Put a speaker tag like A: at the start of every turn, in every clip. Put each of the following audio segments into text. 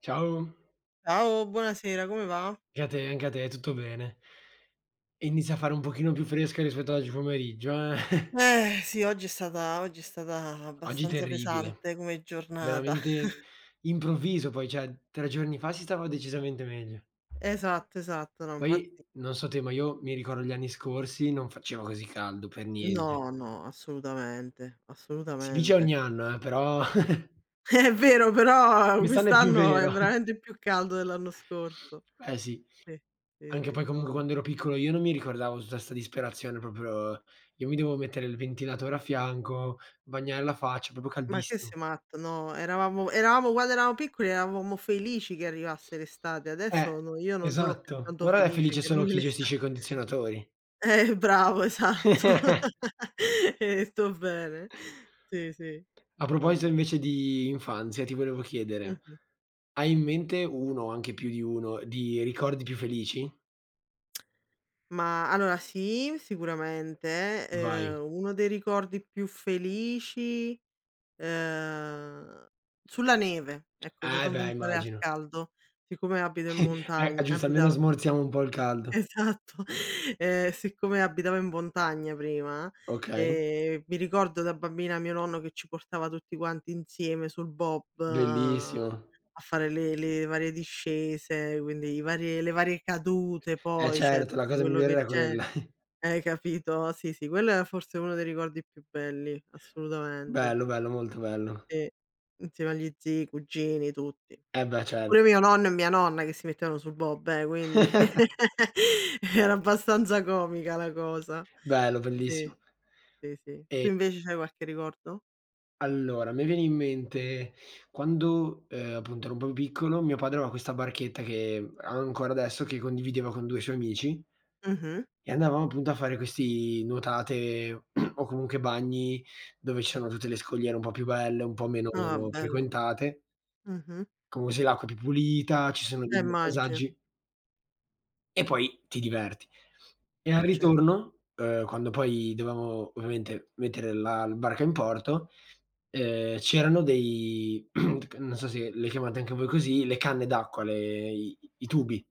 A: Ciao,
B: Ciao, buonasera, come va?
A: anche a te, tutto bene. Inizia a fare un pochino più fresca rispetto a oggi pomeriggio, eh.
B: Sì, oggi è stata
A: Oggi
B: abbastanza
A: terribile,
B: pesante come giornata.
A: veramente improvviso poi, cioè 3 giorni fa si stava decisamente meglio.
B: Esatto, esatto, no,
A: Poi
B: infatti,
A: non so te, ma io mi ricordo gli anni scorsi non faceva così caldo per niente.
B: no, no, assolutamente,
A: Si dice
B: assolutamente.
A: ogni anno, però
B: È vero, però
A: quest'anno è più
B: quest'anno è
A: vero.
B: veramente più caldo dell'anno scorso.
A: Eh sì,
B: Sì, sì,
A: anche
B: sì,
A: poi comunque
B: no, no.
A: quando ero piccolo io non mi ricordavo tutta 'sta disperazione proprio io mi devo mettere il ventilatore a fianco, bagnare la faccia, proprio
B: Ma che
A: caldissimo.
B: sei matta? No, eravamo quando eravamo piccoli eravamo felici che arrivasse l'estate,
A: Eh,
B: adesso no, io non sono più
A: esatto.
B: tanto
A: Ora è
B: felice
A: felice
B: che
A: solo
B: arrivi
A: chi
B: l'esta
A: gestisce i condizionatori.
B: Bravo, esatto. Hai detto bene. Sì, sì.
A: A
B: No,
A: proposito
B: no.
A: invece di infanzia, ti volevo chiedere:
B: Mh-mh.
A: hai in mente 1 o anche più di 1 di ricordi più felici?
B: Ma allora sì, sicuramente,
A: Vai.
B: uno dei ricordi più felici, ehm, sulla neve, ecco, per
A: Eh
B: non
A: beh,
B: pensare al
A: immagino.
B: caldo, siccome abito in montagn
A: Giusto, almeno
B: abitavo.
A: smorziamo un po' il caldo.
B: Esatto. Siccome abitavo in montagna prima,
A: Okay,
B: mi ricordo da bambina mio nonno che ci portava tutti quanti insieme sul bob,
A: bellissimo.
B: a fare le varie discese, quindi i varie le varie cadute
A: Eh
B: poi, cioè
A: certo, la
B: tutto
A: cosa
B: quello
A: migliore
B: che
A: era
B: c'è,
A: quella.
B: capito? Sì, sì, quello è forse uno dei ricordi più belli, assolutamente.
A: Bello, bello, molto bello.
B: Sì, insieme agli zii, cugini, tutti.
A: Eh beh, cer
B: Pure mio nonno e mia nonna che si mettevano sul Bob, quindi era abbastanza comica la cosa.
A: bello,
B: Sì,
A: bellissimo.
B: sì, sì. Tu
A: E
B: invece c'hai qualche ricordo?
A: Allora, mi viene in mente quando, appunto ero un po' più piccolo, mio padre aveva questa barchetta che ha ancora adesso, che condivideva con 2 suoi amici
B: Mh-mh.
A: e andavamo appunto a fare questi nuotate o comunque bagni dove ci sono tutte le scogliere un po' più belle, un po' meno
B: Ah, bello.
A: frequentate,
B: Mh-mh.
A: comunque se l'acqua è più pulita, ci sono dei bei
B: Immagino.
A: paesaggi e poi ti diverti. E al
B: Cer
A: ritorno, quando poi dovevamo ovviamente mettere la barca in porto, c'erano dei non so se le chiamate anche voi così, le canne d'acqua, le i i tubi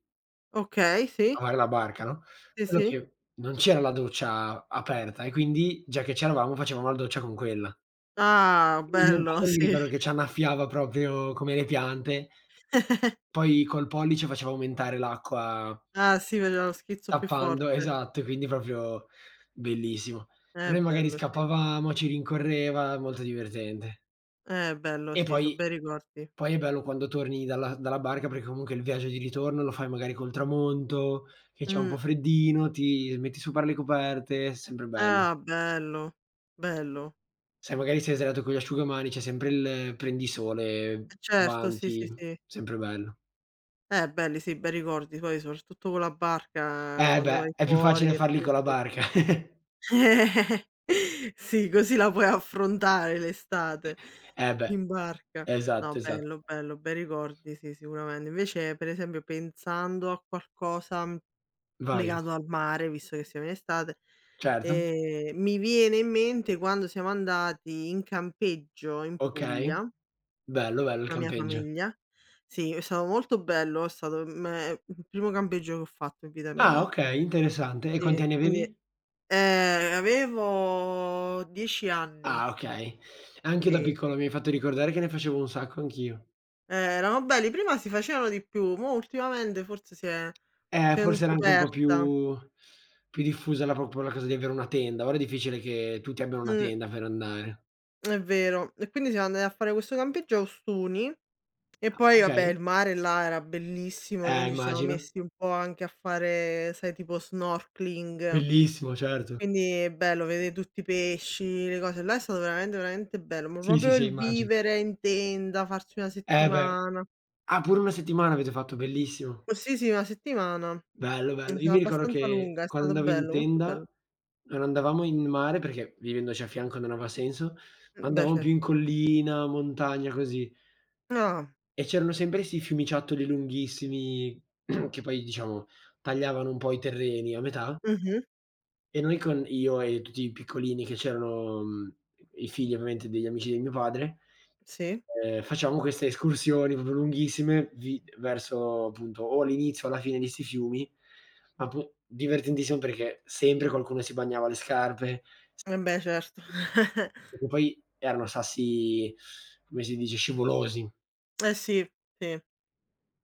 B: Okay,
A: a
B: sì.
A: fare la barca, no,
B: Sì,
A: solo
B: sì.
A: che non c'era la doccia aperta e quindi, già che c'eravamo, facevamo la doccia con quella.
B: Ah,
A: Quindi mio
B: bello,
A: padre mi
B: sì.
A: ricordo che c'annaffiava proprio come le piante. Poi col pollice faceva aumentare l'acqua
B: Ah, sì, faceva lo schizzo più
A: tappando,
B: forte.
A: esatto, quindi proprio bellissimo. E noi magari
B: Bello, sì.
A: scappavamo, ci rincorreva, molto divertente.
B: Bello,
A: E
B: sì, so'
A: poi
B: bei ricordi.
A: Poi è bello quando torni dalla barca, perché comunque il viaggio di ritorno lo fai magari col tramonto, che c'è un po'
B: Mh.
A: freddino, ti metti sopra le coperte, è sempre bello.
B: Ah, bello, bello.
A: Se magari sei sdraiato con gli asciugamani, c'è sempre il prendisole
B: Certo, sì, sì,
A: avanti,
B: sì.
A: sempre bello.
B: Belli, sì, bei ricordi, poi soprattutto con la barca
A: Eh
B: quando
A: beh,
B: vai
A: è più
B: fuori
A: facile
B: e
A: farli con la
B: tutto.
A: barca.
B: Sì, così la puoi affrontare l'estate
A: Eh beh.
B: in barca.
A: Esatto,
B: No,
A: esatto.
B: bello, bello, bei ricordi, sì, sicuramente. Invece, per esempio, pensando a qualcosa,
A: Vai.
B: legato al mare, visto che siamo in estate,
A: Certo.
B: mi viene in mente quando siamo andati in campeggio in
A: Okay.
B: Puglia
A: Bello, bello il
B: la mia
A: campeggio.
B: famiglia. Sì, è stato molto bello, è stato, il primo campeggio che ho fatto in vita
A: Ah,
B: mia.
A: okay, interessante. E quanti
B: Sì,
A: anni
B: quindi,
A: avevi?
B: avevo 10 anni,
A: Ah, okay. Anche io da
B: sì.
A: piccolo mi hai fatto ricordare che ne facevo un sacco anch'io.
B: Erano belli, prima si facevano di più, mo' ultimamente forse si è si è un
A: Forse era
B: po'
A: anche un po'
B: persa.
A: più diffusa la cosa di avere una tenda. Ora è difficile che tutti abbiano una
B: Mh,
A: tenda per andare.
B: è vero. E quindi siamo andati a fare questo campeggio a Ostuni e
A: Ah,
B: poi vabbè,
A: okay.
B: il mare là era bellissimo, quindi ci siamo
A: Immagino.
B: messi un po' anche a fare, sai, tipo snorkeling.
A: Bellissimo, certo.
B: Quindi è bello vedere tutti i pesci, le cose, là è stato veramente, veramente bello, ma
A: Sì, sì,
B: proprio
A: sì,
B: il
A: immagino.
B: vivere in tenda, farci una
A: Eh beh.
B: settimana.
A: Ah, pure una settimana avete fatto, bellissimo.
B: Oh sì, sì, una settimana.
A: Bello,
B: È
A: bello. Io
B: stata
A: mi ricordo
B: abbastanza
A: che
B: lunga, è
A: quando
B: stato
A: andavo in
B: bello, molto bello.
A: tenda, non andavamo in mare perché vivendoci a fianco non aveva senso, ma
B: Beh
A: andavamo più
B: cer
A: in collina, montagna, così.
B: ah,
A: E c'erano sempre 'sti fiumiciattoli lunghissimi, che poi diciamo tagliavano un po' i terreni a metà,
B: mh-mh,
A: e noi con io e tutti i piccolini che c'erano, mhmm, i figli ovviamente degli amici di mio padre,
B: sì.
A: facevamo queste escursioni proprio lunghissime vi verso appunto o l'inizio o la fine di 'sti fiumi, ma pu divertentissimo perché sempre qualcuno si bagnava le scarpe,
B: Eh beh, certo.
A: perché poi erano sassi, come si dice, scivolosi.
B: Eh sì, sì.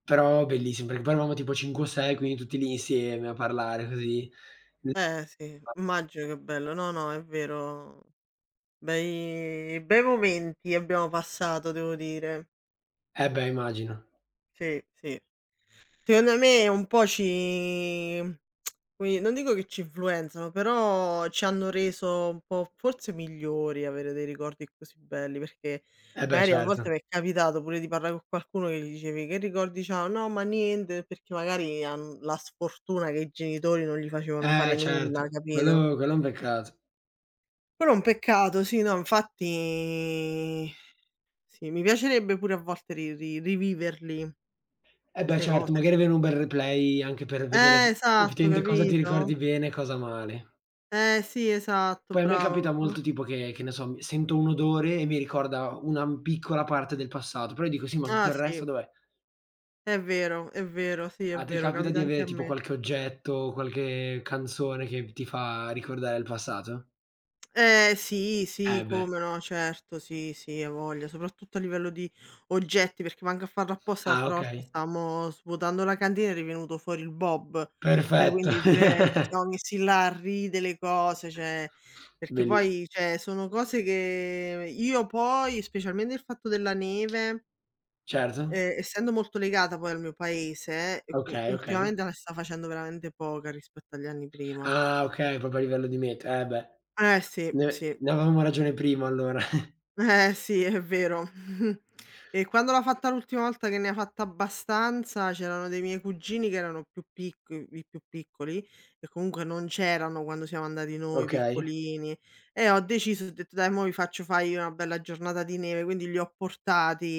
A: Però bellissimo, perché poi eravamo tipo 5 o 6, quindi tutti lì insieme a parlare così. Mh.
B: Eh sì, immagino, che bello. No, no, è vero. Bei bei momenti abbiamo passato, devo dire.
A: Eh beh, immagino.
B: Sì, sì. Secondo me un po' ci qui non dico che ci influenzano, però ci hanno reso un po' forse migliori avere dei ricordi così belli, perché
A: Eh beh,
B: magari a
A: certo.
B: volte mi è capitato pure di parlare con qualcuno che gli dicevi: "Che ricordi c'ha?" "No, ma niente", perché magari han la sfortuna che i genitori non gli facevano fare
A: Eh
B: nulla,
A: certo,
B: capito?
A: quello è un peccato.
B: Quello è un peccato, sì, no, infatti, sì, mi piacerebbe pure a volte ri ri riviverli
A: Eh beh,
B: 'ste cose.
A: certo, magari avere un bel replay anche per vedere s
B: Esatto,
A: effettivamente cosa ti
B: capito?
A: ricordi bene e cosa male.
B: Sì, esatto,
A: Poi a me
B: bravo.
A: capita
B: Mh.
A: molto tipo che ne so, mi sento un odore e mi ricorda una piccola parte del passato, però io dico: "Sì, ma tutto
B: Ah,
A: il resto
B: sì.
A: dov'è?"
B: È vero, sì, è
A: A te
B: vero,
A: capita
B: capita
A: di
B: anche
A: avere
B: a
A: tipo
B: me.
A: qualche oggetto, qualche canzone che ti fa ricordare il passato?
B: Eh sì, sì,
A: Eh beh.
B: come no, certo, sì, sì, hai voglia, soprattutto a livello di oggetti, perché manca a farlo apposta,
A: Ah,
B: l'altra volta
A: okay.
B: stavamo svuotando la cantina ed è venuto fuori il bob, cioè,
A: Perfetto.
B: quindi pure ci siamo messi là a ridere, le cose, cioè, perché
A: Belli,
B: poi, cioè, sono cose che io poi, specialmente il fatto della neve,
A: certo.
B: essendo molto legata poi al mio paese, e u
A: Okay, okay.
B: ultimamente la si sta facendo veramente poca rispetto agli anni prima.
A: Ah, okay, proprio a livello di meta. Eh beh,
B: Eh sì,
A: ne
B: sì.
A: ne avevamo ragione prima allora.
B: Eh sì, è vero. E quando l'ho fatta l'ultima volta, che ne ha fatta abbastanza, c'erano dei miei cugini che erano più picc i più piccoli, e comunque non c'erano quando siamo andati noi
A: Okay.
B: piccolini, e ho deciso, ho detto: "Dai, mo' vi faccio fa' io una bella giornata di neve", quindi li ho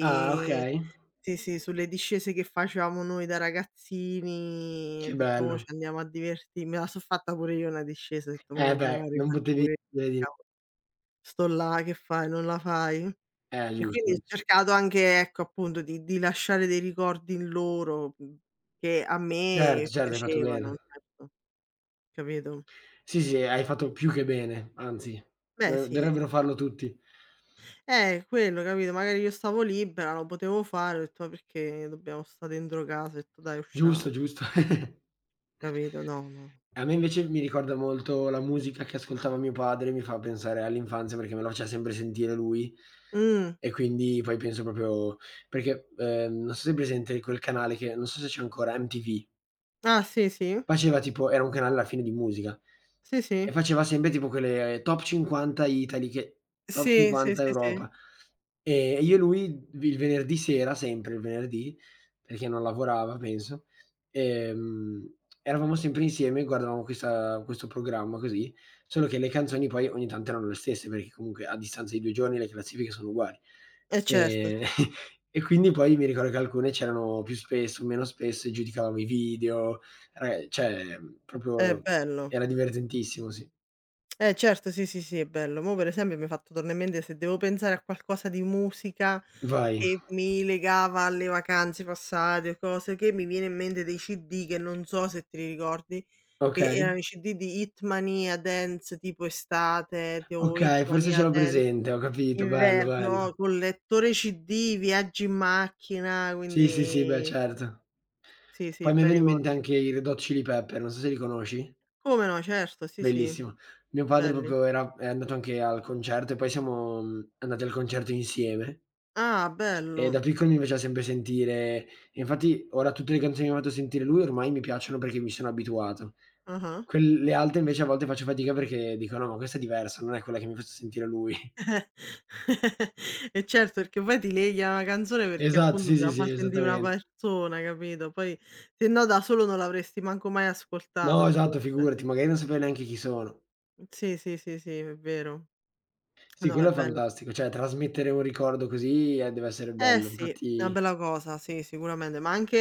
A: Ah, okay.
B: sì, sì, sulle discese che facevamo noi da ragazzini, e
A: Che
B: ho detto: "Mo' ci
A: bello.
B: andiamo a diverti", me la so' fatta pure io una discesa, ho detto:
A: Eh
B: "Mo me la
A: beh, non
B: rifaccio
A: potevi
B: pure"
A: vedi?
B: io. Sto là, che fai, non la fai? E
A: Giusto,
B: quindi ho
A: giusto.
B: cercato anche, ecco, appunto di lasciare dei ricordi in loro, che a me
A: Certo, certo, hai fatto
B: piacevano,
A: bene.
B: certo, capito?
A: Sì, sì, hai fatto più che bene, anzi,
B: Beh
A: do
B: sì, sì.
A: dovrebbero farlo tutti.
B: Quello, capito? Magari io stavo libera, lo potevo fare, ho detto: "Ma perché dobbiamo sta dentro casa?" Ho detto: "Dai, usciamo."
A: Giusto, giusto.
B: Capito? No, no.
A: A me invece mi ricorda molto la musica che ascoltava mio padre, mi fa pensare all'infanzia perché me la faceva sempre sentire lui
B: Mh.
A: e quindi poi penso proprio perché, non so se hai presente quel canale, che non so se c'è ancora, MTV.
B: Ah sì, sì.
A: Faceva tipo, era un canale alla fine di musica,
B: Sì,
A: e
B: sì.
A: faceva sempre tipo quelle, top 50 Italy, che top
B: Sì, sì,
A: 50
B: sì, sì.
A: Europa. E io e lui vi il venerdì sera, sempre il venerdì, perché non lavorava penso, ehm, eravamo sempre insieme e guardavamo questa questo programma così, solo che le canzoni poi ogni tanto erano le stesse, perché comunque a distanza di 2 giorni le classifiche sono uguali.
B: Eh certo,
A: Ehm,
B: sì.
A: e quindi poi mi ricordo che alcune c'erano più spesso, meno spesso, e giudicavamo i video, cioè,
B: È
A: proprio
B: bello.
A: era divertentissimo, sì.
B: Eh certo, sì, sì, sì, è bello. Mo' per esempio mi hai fatto tornare in mente, se devo pensare a qualcosa di musica
A: Vai.
B: che mi legava alle vacanze passate o cose, che mi viene in mente dei CD, che non so se te li ricordi, che
A: Okay,
B: erano i CD di Hitmania Dance, tipo estate, tipo
A: okay, forse ce
B: Hitmania
A: l'ho
B: Dan
A: presente, ho capito, bello, bello.
B: inverno, col lettore CD, viaggi in macchina,
A: Sì, sì, sì, beh,
B: quindi,
A: certo.
B: sì, sì,
A: Poi mi
B: bei
A: viene in mente
B: ricordi.
A: anche i Red Hot Chili Pepper, non so se li conosci?
B: Come no, certo, sì, sì,
A: Bellissimo. Mio padre
B: belli.
A: proprio era è andato anche al concerto, e poi siamo, mhmm, andati al concerto insieme.
B: Ah,
A: E
B: bello.
A: da piccolo mi faceva sempre sentire e infatti ora tutte le canzoni che mi ha fatto sentire lui ormai mi piacciono perché mi sono abituato.
B: Ah-ah.
A: Quelle altre invece a volte faccio fatica perché dico: "No, ma questa è diversa, non è quella che mi ha fatto sentire lui."
B: E certo, perché poi ti leghi a una canzone perché
A: Esatto,
B: appunto
A: sì,
B: te
A: sì,
B: la
A: sì,
B: fa sentì una
A: esattamente.
B: persona, capito, poi se no da solo non l'avresti manco mai
A: No,
B: ascoltata
A: esatto,
B: forse.
A: figurati, magari non sapevi neanche chi sono.
B: Sì, sì, sì, sì, è vero.
A: Sì,
B: No, è
A: quello è
B: bello.
A: fantastico, cioè trasmettere un ricordo così, deve essere
B: Eh
A: bello.
B: sì, è una
A: Infatti
B: bella cosa, sì, sicuramente, ma anche,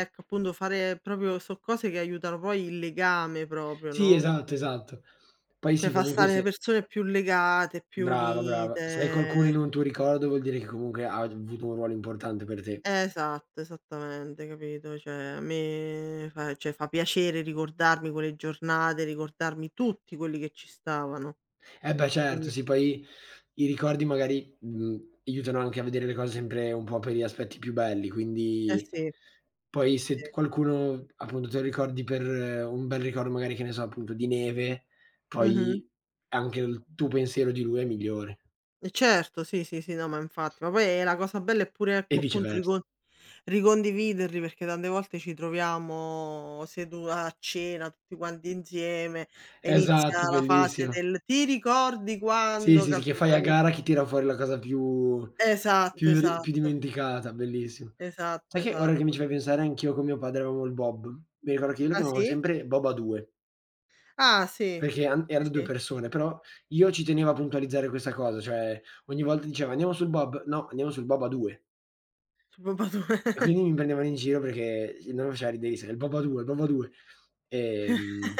B: ecco, appunto fare proprio so cose che aiutano poi il legame proprio,
A: sì,
B: no,
A: esatto, esatto. Poi
B: cioè
A: sì,
B: fa
A: comunque
B: stare le
A: se
B: persone più legate, più
A: brava, brava. Se hai qualcuno
B: unite.
A: in un tuo ricordo vuol dire che comunque ha avuto un ruolo importante per te.
B: Esatto, esattamente, capito? Cioè, a me fa, cioè, fa piacere ricordarmi quelle giornate, ricordarmi tutti quelli che ci stavano.
A: Eh beh certo,
B: Quindi,
A: sì, poi i ricordi magari, mhmm, aiutano anche a vedere le cose sempre un po' per gli aspetti più belli,
B: eh
A: quindi
B: sì,
A: poi se
B: sì.
A: t qualcuno appunto te lo ricordi per, un bel ricordo magari, che ne so, appunto di neve,
B: Mh-mh.
A: poi anche il tuo pensiero di lui è migliore
B: E certo, sì, sì, sì, no, ma infatti. Ma poi, la cosa bella è pure,
A: e
B: ecco, appunto,
A: viceversa.
B: ricondividerli, perché tante volte ci troviamo sedu a cena tutti quanti insieme e
A: Esatto,
B: inizia la fase
A: bellissimo.
B: del: "Ti ricordi
A: Sì,
B: quando",
A: sì, sì, che fai a
B: capito? Quin
A: gara chi tira fuori la cosa più
B: esatto,
A: più ri più
B: esatto,
A: dimenticata, bellissimo.
B: esatto,
A: Sai che ora che mi
B: esatto.
A: ci fai pensare anch'io con mio padre avevamo il Bob. Mi ricordo che io lo
B: Ah,
A: chiamavo
B: sì?
A: sempre Bob a 2,
B: Ah sì,
A: perché an
B: sì,
A: erano 2
B: sì,
A: persone, però io ci tenevo a puntualizzare questa cosa, cioè ogni volta diceva: "Andiamo sul Bob?" "No, andiamo sul Bob a 2."
B: su Pompadore.
A: E quindi mi prendevano in giro perché il nome faceva riderissime, "Il Bob a 2, il Bob a 2." Ehm,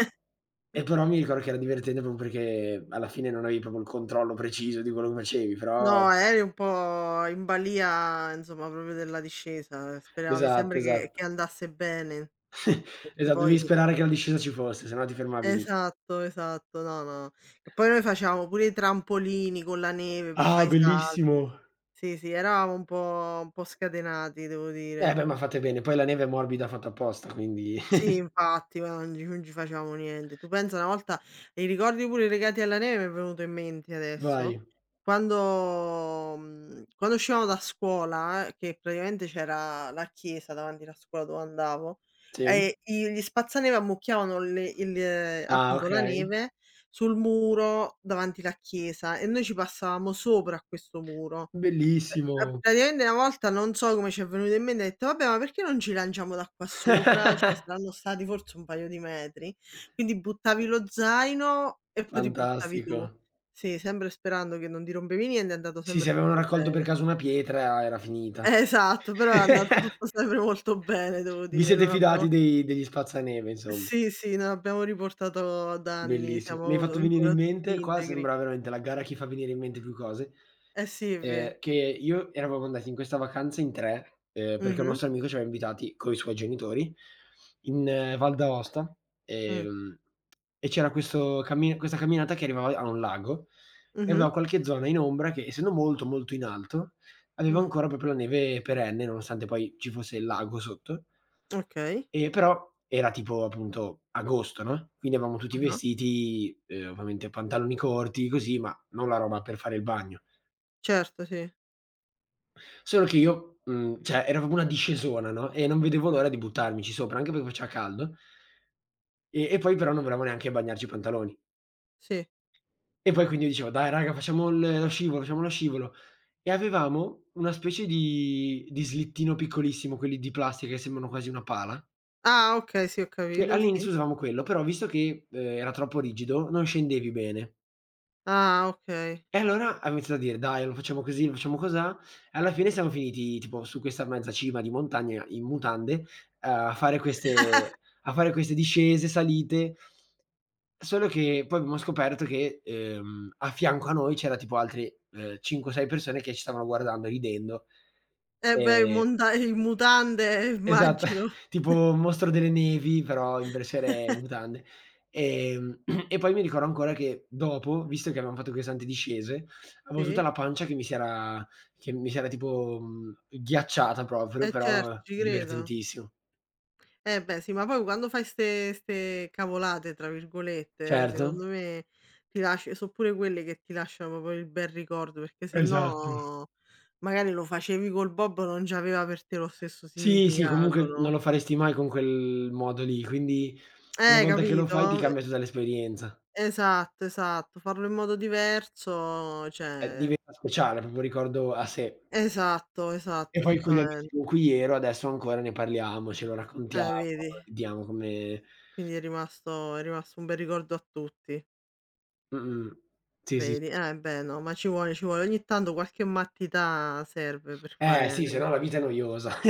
A: e però mi ricordo che era divertente proprio perché alla fine non avevi proprio il controllo preciso di quello che facevi. Però
B: No, eri un po' in balia insomma proprio della discesa, speravi
A: Esatto,
B: sempre che
A: esatto.
B: che andasse bene, perché
A: Esatto, devi
B: poi
A: sperare che la discesa ci fosse, se no ti fermavi lì.
B: esatto, esatto, no, no. E poi noi facevamo pure i trampolini con la neve per fa'
A: Ah,
B: i salti.
A: bellissimo.
B: Sì, sì, eravamo un po' scatenati, devo
A: Eh
B: dire.
A: beh, ma fate bene, poi la neve è morbida fatta apposta, quindi
B: Sì, infatti, guarda, non ci facevamo niente. Tu pensa una volta, i ricordi pure legati alla neve mi è venuto in mente adesso,
A: vai.
B: quando uscivamo da scuola, che praticamente c'era la chiesa davanti alla scuola dove andavo,
A: Sì.
B: e i gli spazzaneve ammucchiavano le il
A: Ah,
B: appunto la
A: okay.
B: neve sul muro davanti la chiesa e noi ci passavamo sopra a questo muro. Eh, eh,
A: Bellissimo.
B: praticamente una volta non so come ci è venuto in mente, ho detto: "Vabbè, ma perché non ci lanciamo da qua sopra?" Ce ne saranno stati forse un paio di metri. Quindi buttavi lo zaino e poi ti buttavi
A: Fantastico.
B: tu. Sì, sempre sperando che non ti rompevi niente, è andato
A: Sì,
B: sempre
A: se avevano
B: tutto
A: raccolto per
B: bene.
A: caso una pietra era finita.
B: Esatto, però è andato tutto sempre molto bene, devo
A: Vi
B: dire.
A: siete
B: Non abbiamo
A: fidati dei degli spazzaneve insomma.
B: sì, sì, non abbiamo riportato danni,
A: Bellissimo. Mi hai
B: siamo
A: fatto venire in
B: ancora
A: mente,
B: tutti
A: qua
B: integri.
A: sembra veramente la gara a chi fa venire in mente più cose.
B: Eh sì, è ve
A: Che io eravamo andati in questa vacanza in 3, perché un
B: mh-mh,
A: nostro amico ci aveva invitati coi suoi genitori in, Val d'Aosta,
B: mh,
A: ehm, e c'era questo cammi questa camminata che arrivava a un lago e
B: mh-mh,
A: aveva qualche zona in ombra che, essendo molto, molto in alto, aveva
B: mh,
A: ancora proprio la neve perenne, nonostante poi ci fosse il lago sotto,
B: okay.
A: e però era tipo appunto agosto, no, quindi avevamo tutti i
B: Ah-ah.
A: vestiti, ovviamente pantaloni corti, così, ma non la roba per fare il bagno.
B: Certo, sì.
A: Solo che io, mhmm, cioè era proprio una discesona, no, e non vedevo l'ora di buttarmici sopra, anche perché faceva caldo, e poi però non volevamo neanche bagnarci i pantaloni.
B: Sì.
A: E poi quindi io dicevo: "Dai, raga, facciamo il lo scivolo, facciamo lo scivolo." E avevamo una specie di slittino piccolissimo, quelli di plastica che sembrano quasi una pala,
B: Ah, okay, sì, ho
A: che
B: capito, sì.
A: all'inizio usavamo quello, però visto che, era troppo rigido non scendevi bene.
B: Ah, okay.
A: E allora ha iniziato a dire: "Dai, lo facciamo così, lo facciamo cosà". E alla fine siamo finiti tipo su questa mezza cima di montagna in mutande, a fare queste discese, salite. Solo che poi abbiamo scoperto che, a fianco a noi c'era tipo altre, 5 o 6 persone che ci stavano guardando, ridendo.
B: Eh beh,
A: Ehm
B: in mutande
A: Esatto,
B: immagino.
A: tipo Mostro delle Nevi, però in versione mutande. E poi mi ricordo ancora che dopo, visto che avevam fatto queste antidiscese, avevo tutta
B: Sì.
A: la pancia che mi si era tipo, mhmm, ghiacciata proprio,
B: Eh certo,
A: però
B: ci credo.
A: divertentissimo.
B: Eh beh, sì, ma poi quando fai 'ste "cavolate" tra virgolette,
A: Certo.
B: secondo me ti lasci, so' pure quelle che ti lasciano proprio il bel ricordo, perché
A: Esatto.
B: sennò magari lo facevi col Bob, non c'aveva per te lo stesso
A: Sì, sì,
B: significato,
A: comunque
B: no.
A: non lo faresti mai con quel modo lì, quindi una volta che lo
B: Capito?
A: fai ti cambia tutta l'esperienza.
B: E esatto, esatto. Farlo in modo diverso, cioè.
A: Diventa speciale, proprio un ricordo a sé.
B: Esatto,
A: E
B: esatto,
A: poi con gli
B: esattamen
A: amici con cui ero adesso ancora ne parliamo, ce lo raccontiamo,
B: eh, vedi?
A: vediamo come.
B: Quindi è rimasto un bel ricordo a tutti,
A: Mh-mh. Sì, sì,
B: vedi?
A: sì.
B: Beh, no, ma ci vuole, ci vuole. Ogni tanto qualche mattità serve per
A: Eh
B: fare,
A: sì, se no la vita è noiosa.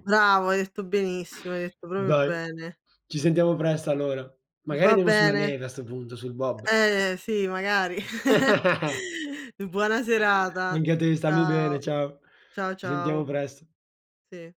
B: bravo, hai detto benissimo, hai detto proprio
A: Dai,
B: bene.
A: ci sentiamo presto allora. Magari
B: Va
A: andiamo sulla
B: bene.
A: neve a 'sto punto, sul bob.
B: Sì, magari. Buona serata.
A: Anche a te, stammi bene,
B: Ciao.
A: ciao.
B: Ciao,
A: Ci
B: ciao.
A: sentiamo presto.
B: Sì.